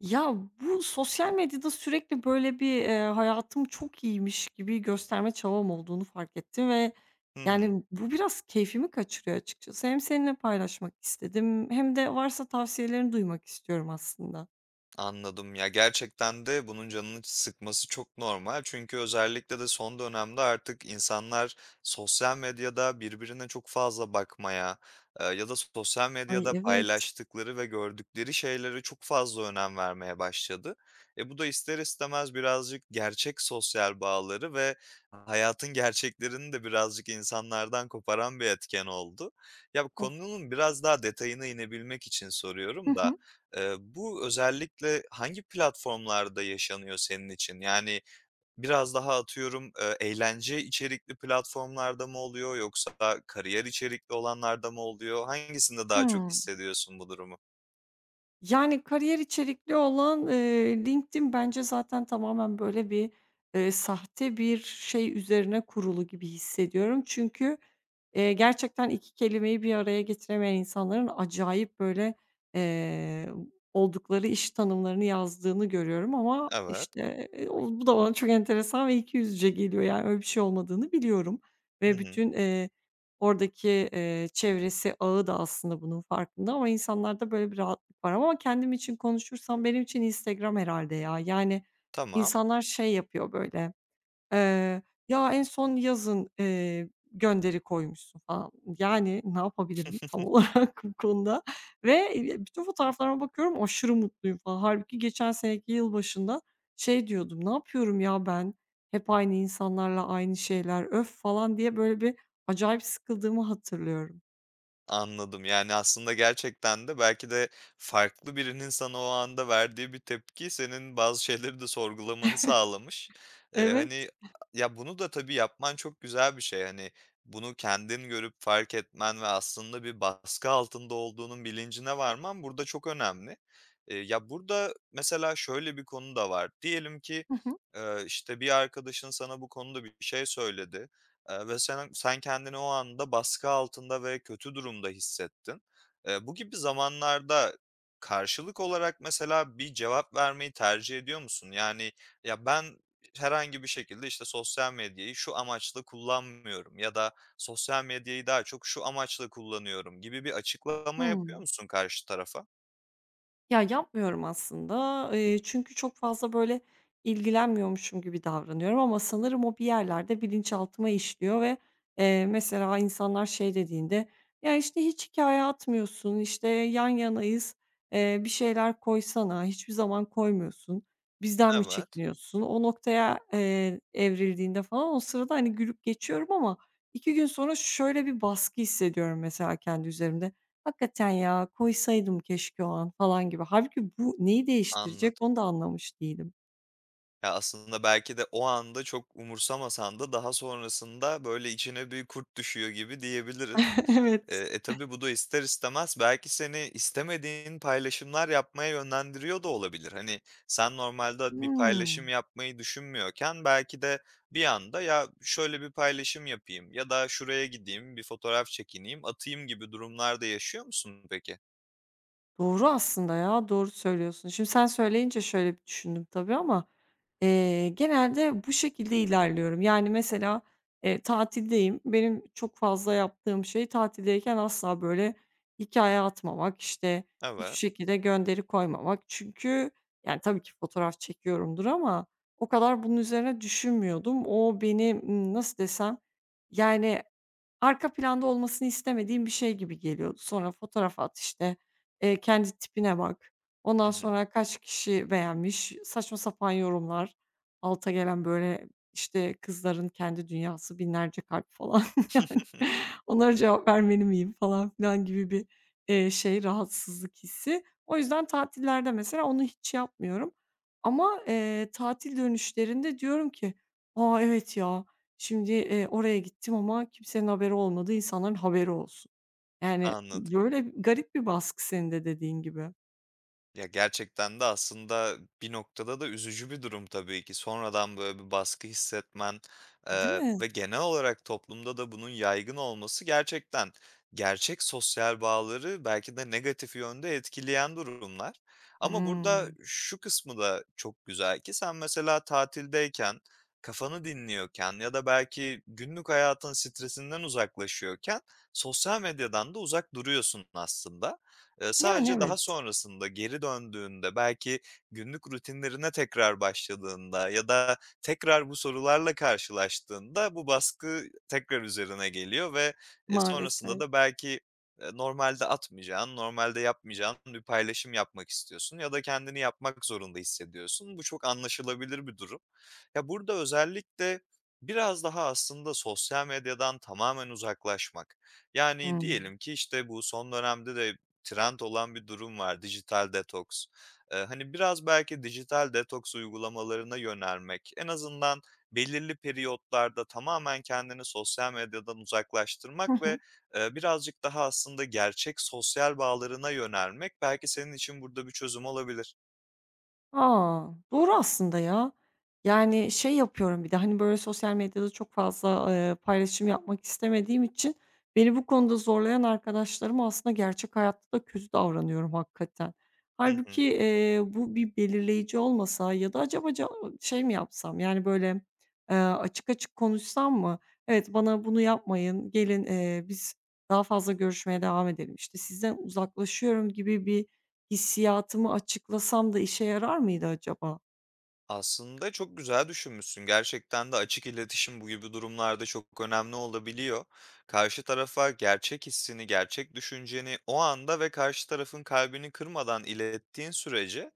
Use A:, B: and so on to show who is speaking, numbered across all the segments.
A: Ya, bu sosyal medyada sürekli böyle bir, hayatım çok iyiymiş gibi gösterme çabam olduğunu fark ettim ve,
B: Hı hı,
A: yani, bu biraz keyfimi kaçırıyor açıkçası. Hem seninle paylaşmak istedim hem de varsa tavsiyelerini duymak istiyorum aslında.
B: anladım. Ya, gerçekten de bunun canını sıkması çok normal. Çünkü özellikle de son dönemde artık insanlar sosyal medyada birbirine çok fazla bakmaya, ya da sosyal
A: Ay,
B: medyada
A: evet.
B: paylaştıkları ve gördükleri şeylere çok fazla önem vermeye başladı. E, bu da ister istemez birazcık gerçek sosyal bağları ve hayatın gerçeklerini de birazcık insanlardan koparan bir etken oldu. Ya, bu
A: Of.
B: konunun biraz daha detayına inebilmek için
A: Hı
B: soruyorum da
A: hı.
B: Bu özellikle hangi platformlarda yaşanıyor senin için? Yani, biraz daha atıyorum, eğlence içerikli platformlarda mı oluyor yoksa kariyer içerikli olanlarda mı oluyor? Hangisinde daha çok
A: Hıı.
B: hissediyorsun bu durumu?
A: Yani, kariyer içerikli olan, LinkedIn bence zaten tamamen böyle bir, sahte bir şey üzerine kurulu gibi hissediyorum. Çünkü, gerçekten 2 kelimeyi bir araya getiremeyen insanların acayip böyle, eee, oldukları iş tanımlarını yazdığını görüyorum ama,
B: Evet.
A: işte, o bu da bana çok enteresan ve ikiyüzlüce geliyor. Yani, öyle bir şey olmadığını biliyorum
B: Hı
A: ve
B: hı.
A: bütün, oradaki, çevresi, ağı da aslında bunun farkında ama insanlarda böyle bir param ama kendim için konuşursam benim için Instagram herhalde ya. Yani,
B: Tamam.
A: insanlar şey yapıyor böyle, eee, "Ya, en son yazın, gönderi koymuşsun." falan. Yani, ne yapabilirim tam olarak bu konuda ve, bütün fotoğraflarıma bakıyorum aşırı mutluyum falan. Halbuki geçen seneki yıl başında şey diyordum, "Ne yapıyorum ya ben? Hep aynı insanlarla aynı şeyler, öf!" falan diye böyle bir acayip sıkıldığımı hatırlıyorum.
B: Anladım. Yani, aslında gerçekten de belki de farklı birinin sana o anda verdiği bir tepki senin bazı şeyleri de sorgulamanı sağlamış.
A: Evet.
B: Hani, ya, bunu da tabii yapman çok güzel bir şey. Hani, bunu kendin görüp fark etmen ve aslında bir baskı altında olduğunun bilincine varman burada çok önemli. Ya, burada mesela şöyle bir konu da var. Diyelim ki,
A: Hı hı.
B: işte, bir arkadaşın sana bu konuda bir şey söyledi. Ve sen kendini o anda baskı altında ve kötü durumda hissettin. Bu gibi zamanlarda karşılık olarak mesela bir cevap vermeyi tercih ediyor musun? Yani, "Ya, ben herhangi bir şekilde, işte, sosyal medyayı şu amaçla kullanmıyorum ya da sosyal medyayı daha çok şu amaçla kullanıyorum." gibi bir açıklama yapıyor
A: Hıı.
B: musun karşı tarafa?
A: Ya, yapmıyorum aslında. Çünkü çok fazla, böyle, ilgilenmiyormuşum gibi davranıyorum ama sanırım o bir yerlerde bilinçaltıma işliyor ve, mesela insanlar şey dediğinde, "Ya, işte, hiç hikaye atmıyorsun, işte, yan yanayız, bir şeyler koysana, hiçbir zaman koymuyorsun, bizden mi
B: Evet,
A: çekiniyorsun?" O noktaya, evrildiğinde falan o sırada, hani, gülüp geçiyorum ama 2 gün sonra şöyle bir baskı hissediyorum mesela kendi üzerimde. Hakikaten ya, koysaydım keşke o an falan gibi. Halbuki bu neyi değiştirecek
B: anladım.
A: onu da anlamış değilim.
B: Ya, aslında belki de o anda çok umursamasan da daha sonrasında, böyle, içine bir kurt düşüyor gibi diyebiliriz.
A: Evet.
B: Tabii bu da ister istemez belki seni istemediğin paylaşımlar yapmaya yönlendiriyor da olabilir. Hani, sen normalde bir
A: Hıı.
B: paylaşım yapmayı düşünmüyorken belki de bir anda "Ya, şöyle bir paylaşım yapayım ya da şuraya gideyim, bir fotoğraf çekineyim, atayım." gibi durumlarda yaşıyor musun peki?
A: Doğru aslında ya, doğru söylüyorsun. Şimdi sen söyleyince şöyle bir düşündüm tabii ama, genelde bu şekilde ilerliyorum. Yani mesela, tatildeyim. Benim çok fazla yaptığım şey tatildeyken asla böyle hikaye atmamak, işte, hiçbir
B: Evet.
A: şekilde gönderi koymamak. Çünkü yani tabii ki fotoğraf çekiyorumdur ama o kadar bunun üzerine düşünmüyordum. O beni, nasıl desem, yani arka planda olmasını istemediğim bir şey gibi geliyordu. Sonra fotoğraf at, işte, kendi tipine bak. Ondan
B: Hı hı.
A: sonra kaç kişi beğenmiş, saçma sapan yorumlar, alta gelen, böyle, işte, "Kızların kendi dünyası, binlerce kalp." falan, yani. Onlara cevap vermeli miyim falan filan gibi bir rahatsızlık hissi. O yüzden tatillerde mesela onu hiç yapmıyorum ama, tatil dönüşlerinde diyorum ki, "A, evet ya, şimdi, oraya gittim ama kimsenin haberi olmadı, insanların haberi olsun. Yani,
B: Anladım.
A: böyle garip bir baskı senin de dediğin gibi,
B: Ya, gerçekten de aslında bir noktada da üzücü bir durum tabii ki. Sonradan böyle bir baskı hissetmen,
A: değil mi?
B: ve genel olarak toplumda da bunun yaygın olması gerçekten gerçek sosyal bağları belki de negatif yönde etkileyen durumlar. Ama burada
A: Hımm.
B: şu kısmı da çok güzel ki sen mesela tatildeyken, kafanı dinliyorken ya da belki günlük hayatın stresinden uzaklaşıyorken sosyal medyadan da uzak duruyorsun aslında.
A: Yani
B: Sadece daha
A: evet,
B: sonrasında geri döndüğünde, belki günlük rutinlerine tekrar başladığında ya da tekrar bu sorularla karşılaştığında bu baskı tekrar üzerine geliyor ve sonrasında
A: maalesef.
B: da belki, normalde atmayacağın, normalde yapmayacağın bir paylaşım yapmak istiyorsun ya da kendini yapmak zorunda hissediyorsun. Bu çok anlaşılabilir bir durum. Ya, burada özellikle biraz daha aslında sosyal medyadan tamamen uzaklaşmak, yani,
A: Hımm.
B: diyelim ki, işte, bu son dönemde de trend olan bir durum var, dijital detoks. Hani, biraz belki dijital detoks uygulamalarına yönelmek, en azından belirli periyotlarda tamamen kendini sosyal medyadan uzaklaştırmak ve, eee, birazcık daha aslında gerçek sosyal bağlarına yönelmek belki senin için burada bir çözüm olabilir.
A: Aa doğru aslında ya. Yani, şey yapıyorum bir de, hani, böyle, sosyal medyada çok fazla, paylaşım yapmak istemediğim için beni bu konuda zorlayan arkadaşlarıma aslında gerçek hayatta da kötü davranıyorum hakikaten.
B: Hı
A: Halbuki
B: hı.
A: bu bir belirleyici olmasa ya da acaba ca şey mi yapsam, yani, böyle, açık açık konuşsam mı? "Evet, bana bunu yapmayın, gelin, biz daha fazla görüşmeye devam edelim, işte, sizden uzaklaşıyorum." gibi bir, hissiyatımı açıklasam da işe yarar mıydı acaba?
B: Aslında çok güzel düşünmüşsün. Gerçekten de açık iletişim bu gibi durumlarda çok önemli olabiliyor. Karşı tarafa gerçek hissini, gerçek düşünceni o anda ve karşı tarafın kalbini kırmadan ilettiğin sürece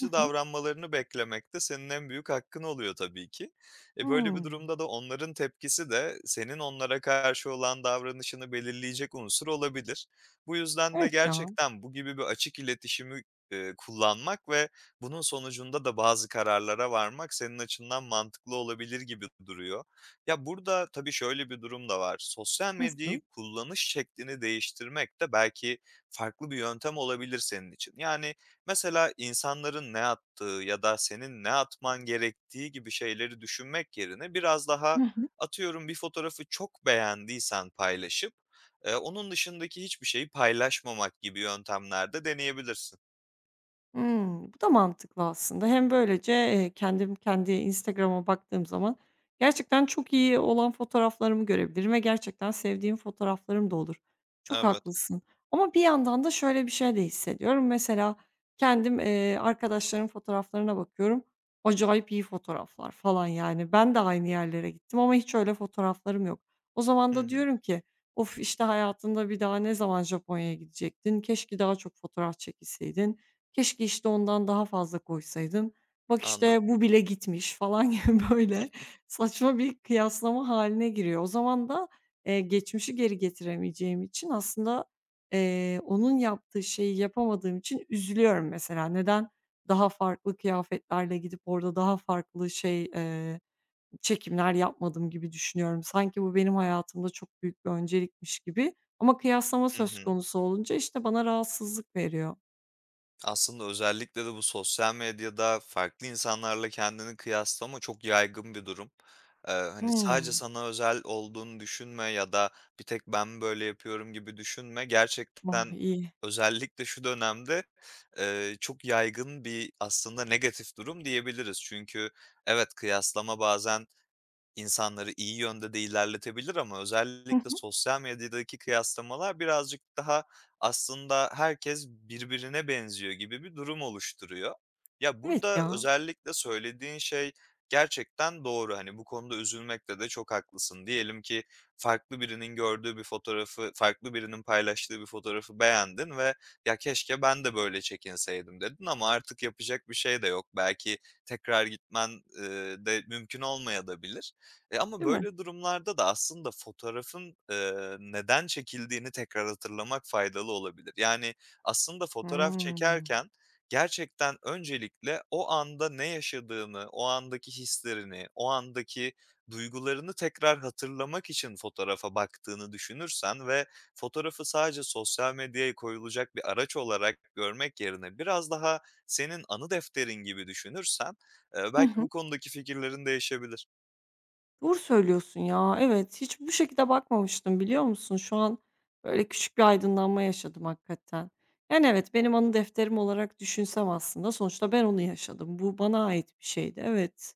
A: Hı hı.
B: davranmalarını beklemek de senin en büyük hakkın oluyor tabii ki. E böyle bir
A: Hımm.
B: durumda da onların tepkisi de senin onlara karşı olan davranışını belirleyecek unsur olabilir. Bu yüzden de
A: Evet ya.
B: gerçekten bu gibi bir açık iletişimi e, kullanmak ve bunun sonucunda da bazı kararlara varmak senin açından mantıklı olabilir gibi duruyor. Ya, burada tabii şöyle bir durum da var. Sosyal
A: Nasıl?
B: medyayı kullanış şeklini değiştirmek de belki farklı bir yöntem olabilir senin için. Yani, mesela insanların ne attığı ya da senin ne atman gerektiği gibi şeyleri düşünmek yerine biraz daha
A: Hı hı.
B: atıyorum bir fotoğrafı çok beğendiysen paylaşıp, onun dışındaki hiçbir şeyi paylaşmamak gibi yöntemlerde deneyebilirsin.
A: Hımm, bu da mantıklı aslında. Hem böylece, kendim kendi Instagram'a baktığım zaman gerçekten çok iyi olan fotoğraflarımı görebilirim ve gerçekten sevdiğim fotoğraflarım da olur. Çok
B: Evet.
A: haklısın ama bir yandan da şöyle bir şey de hissediyorum. Mesela kendim, arkadaşlarımın fotoğraflarına bakıyorum. Acayip iyi fotoğraflar falan yani. Ben de aynı yerlere gittim ama hiç öyle fotoğraflarım yok. O zaman
B: Hı
A: da
B: hı,
A: diyorum ki, "Of, işte, hayatında bir daha ne zaman Japonya'ya gidecektin? Keşke daha çok fotoğraf çekilseydin." Keşke, işte, ondan daha fazla koysaydım. Bak,
B: anladım.
A: işte, bu bile gitmiş falan gibi böyle saçma bir kıyaslama haline giriyor. O zaman da, geçmişi geri getiremeyeceğim için aslında, onun yaptığı şeyi yapamadığım için üzülüyorum mesela. Neden daha farklı kıyafetlerle gidip orada daha farklı şey, çekimler yapmadım gibi düşünüyorum. Sanki bu benim hayatımda çok büyük bir öncelikmiş gibi ama kıyaslama
B: Hı
A: söz
B: hı.
A: konusu olunca, işte, bana rahatsızlık veriyor.
B: Aslında özellikle de bu sosyal medyada farklı insanlarla kendini kıyaslama çok yaygın bir durum. Hani, sadece
A: Hımm.
B: sana özel olduğunu düşünme ya da bir tek ben böyle yapıyorum gibi düşünme.
A: Oh,
B: Gerçekten
A: iyi.
B: özellikle şu dönemde, çok yaygın bir aslında negatif durum diyebiliriz. Çünkü evet, kıyaslama bazen İnsanları iyi yönde de ilerletebilir ama
A: Hı
B: özellikle
A: hı.
B: sosyal medyadaki kıyaslamalar birazcık daha aslında herkes birbirine benziyor gibi bir durum oluşturuyor. Ya,
A: Evet
B: burada
A: ya,
B: özellikle söylediğin şey gerçekten doğru. Hani, bu konuda üzülmekte de çok haklısın. Diyelim ki farklı birinin gördüğü bir fotoğrafı, farklı birinin paylaştığı bir fotoğrafı beğendin ve "Ya, keşke ben de böyle çekinseydim." dedin ama artık yapacak bir şey de yok. Belki tekrar gitmen, de mümkün olmayabilir. E, ama
A: değil mi?
B: böyle durumlarda da aslında fotoğrafın, neden çekildiğini tekrar hatırlamak faydalı olabilir. Yani, aslında fotoğraf
A: Hımm.
B: çekerken gerçekten öncelikle o anda ne yaşadığını, o andaki hislerini, o andaki duygularını tekrar hatırlamak için fotoğrafa baktığını düşünürsen ve fotoğrafı sadece sosyal medyaya koyulacak bir araç olarak görmek yerine biraz daha senin anı defterin gibi düşünürsen,
A: Hı
B: belki
A: hı.
B: bu konudaki fikirlerin değişebilir.
A: Doğru söylüyorsun ya. Evet, hiç bu şekilde bakmamıştım, biliyor musun? Şu an böyle küçük bir aydınlanma yaşadım hakikaten. Yani evet, benim anı defterim olarak düşünsem aslında sonuçta ben onu yaşadım. Bu bana ait bir şeydi. Evet.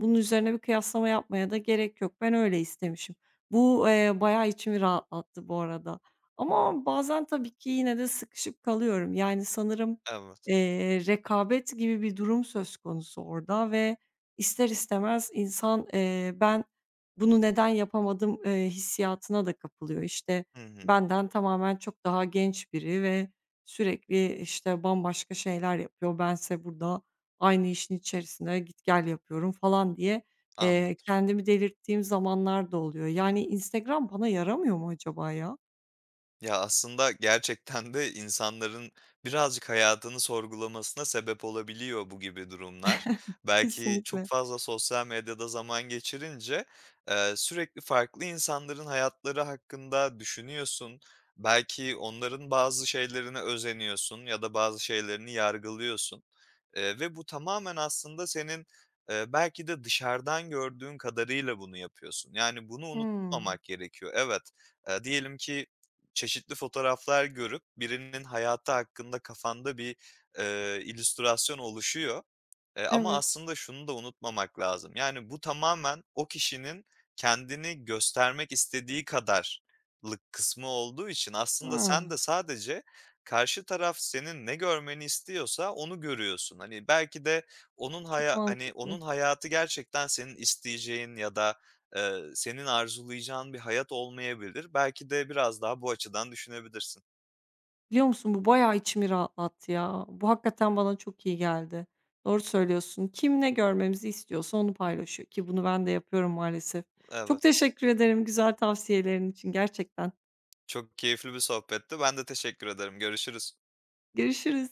A: Bunun üzerine bir kıyaslama yapmaya da gerek yok. Ben öyle istemişim. Bu bayağı içimi rahatlattı bu arada. Ama bazen tabii ki yine de sıkışıp kalıyorum. Yani sanırım,
B: Evet.
A: eee, rekabet gibi bir durum söz konusu orada ve ister istemez insan, ben bunu neden yapamadım, hissiyatına da kapılıyor. İşte,
B: Hı hı.
A: benden tamamen çok daha genç biri ve sürekli, işte, bambaşka şeyler yapıyor. Bense burada aynı işin içerisine git gel yapıyorum falan diye,
B: Anladım.
A: kendimi delirttiğim zamanlar da oluyor. Yani Instagram bana yaramıyor mu acaba ya?
B: Ya, aslında gerçekten de insanların birazcık hayatını sorgulamasına sebep olabiliyor bu gibi durumlar. Belki çok
A: Kesinlikle.
B: fazla sosyal medyada zaman geçirince, sürekli farklı insanların hayatları hakkında düşünüyorsun. Belki onların bazı şeylerine özeniyorsun ya da bazı şeylerini yargılıyorsun. Ve bu tamamen aslında senin, belki de dışarıdan gördüğün kadarıyla bunu yapıyorsun. Yani bunu
A: Hımm.
B: unutmamak gerekiyor. Evet, diyelim ki çeşitli fotoğraflar görüp birinin hayatı hakkında kafanda bir, illüstrasyon oluşuyor, ama
A: Evet.
B: aslında şunu da unutmamak lazım. Yani bu tamamen o kişinin kendini göstermek istediği kadarlık kısmı olduğu için aslında sen
A: Ha,
B: de sadece karşı taraf senin ne görmeni istiyorsa onu görüyorsun. Hani, belki de onun
A: çok
B: haya hani,
A: mantıklı.
B: onun hayatı gerçekten senin isteyeceğin ya da senin arzulayacağın bir hayat olmayabilir. Belki de biraz daha bu açıdan düşünebilirsin.
A: Biliyor musun bu bayağı içimi rahatlattı ya. Bu hakikaten bana çok iyi geldi. Doğru söylüyorsun. Kim ne görmemizi istiyorsa onu paylaşıyor ki bunu ben de yapıyorum maalesef. Çok
B: Evet,
A: teşekkür ederim güzel tavsiyelerin için gerçekten.
B: çok keyifli bir sohbetti. Ben de teşekkür ederim. Görüşürüz.
A: Görüşürüz.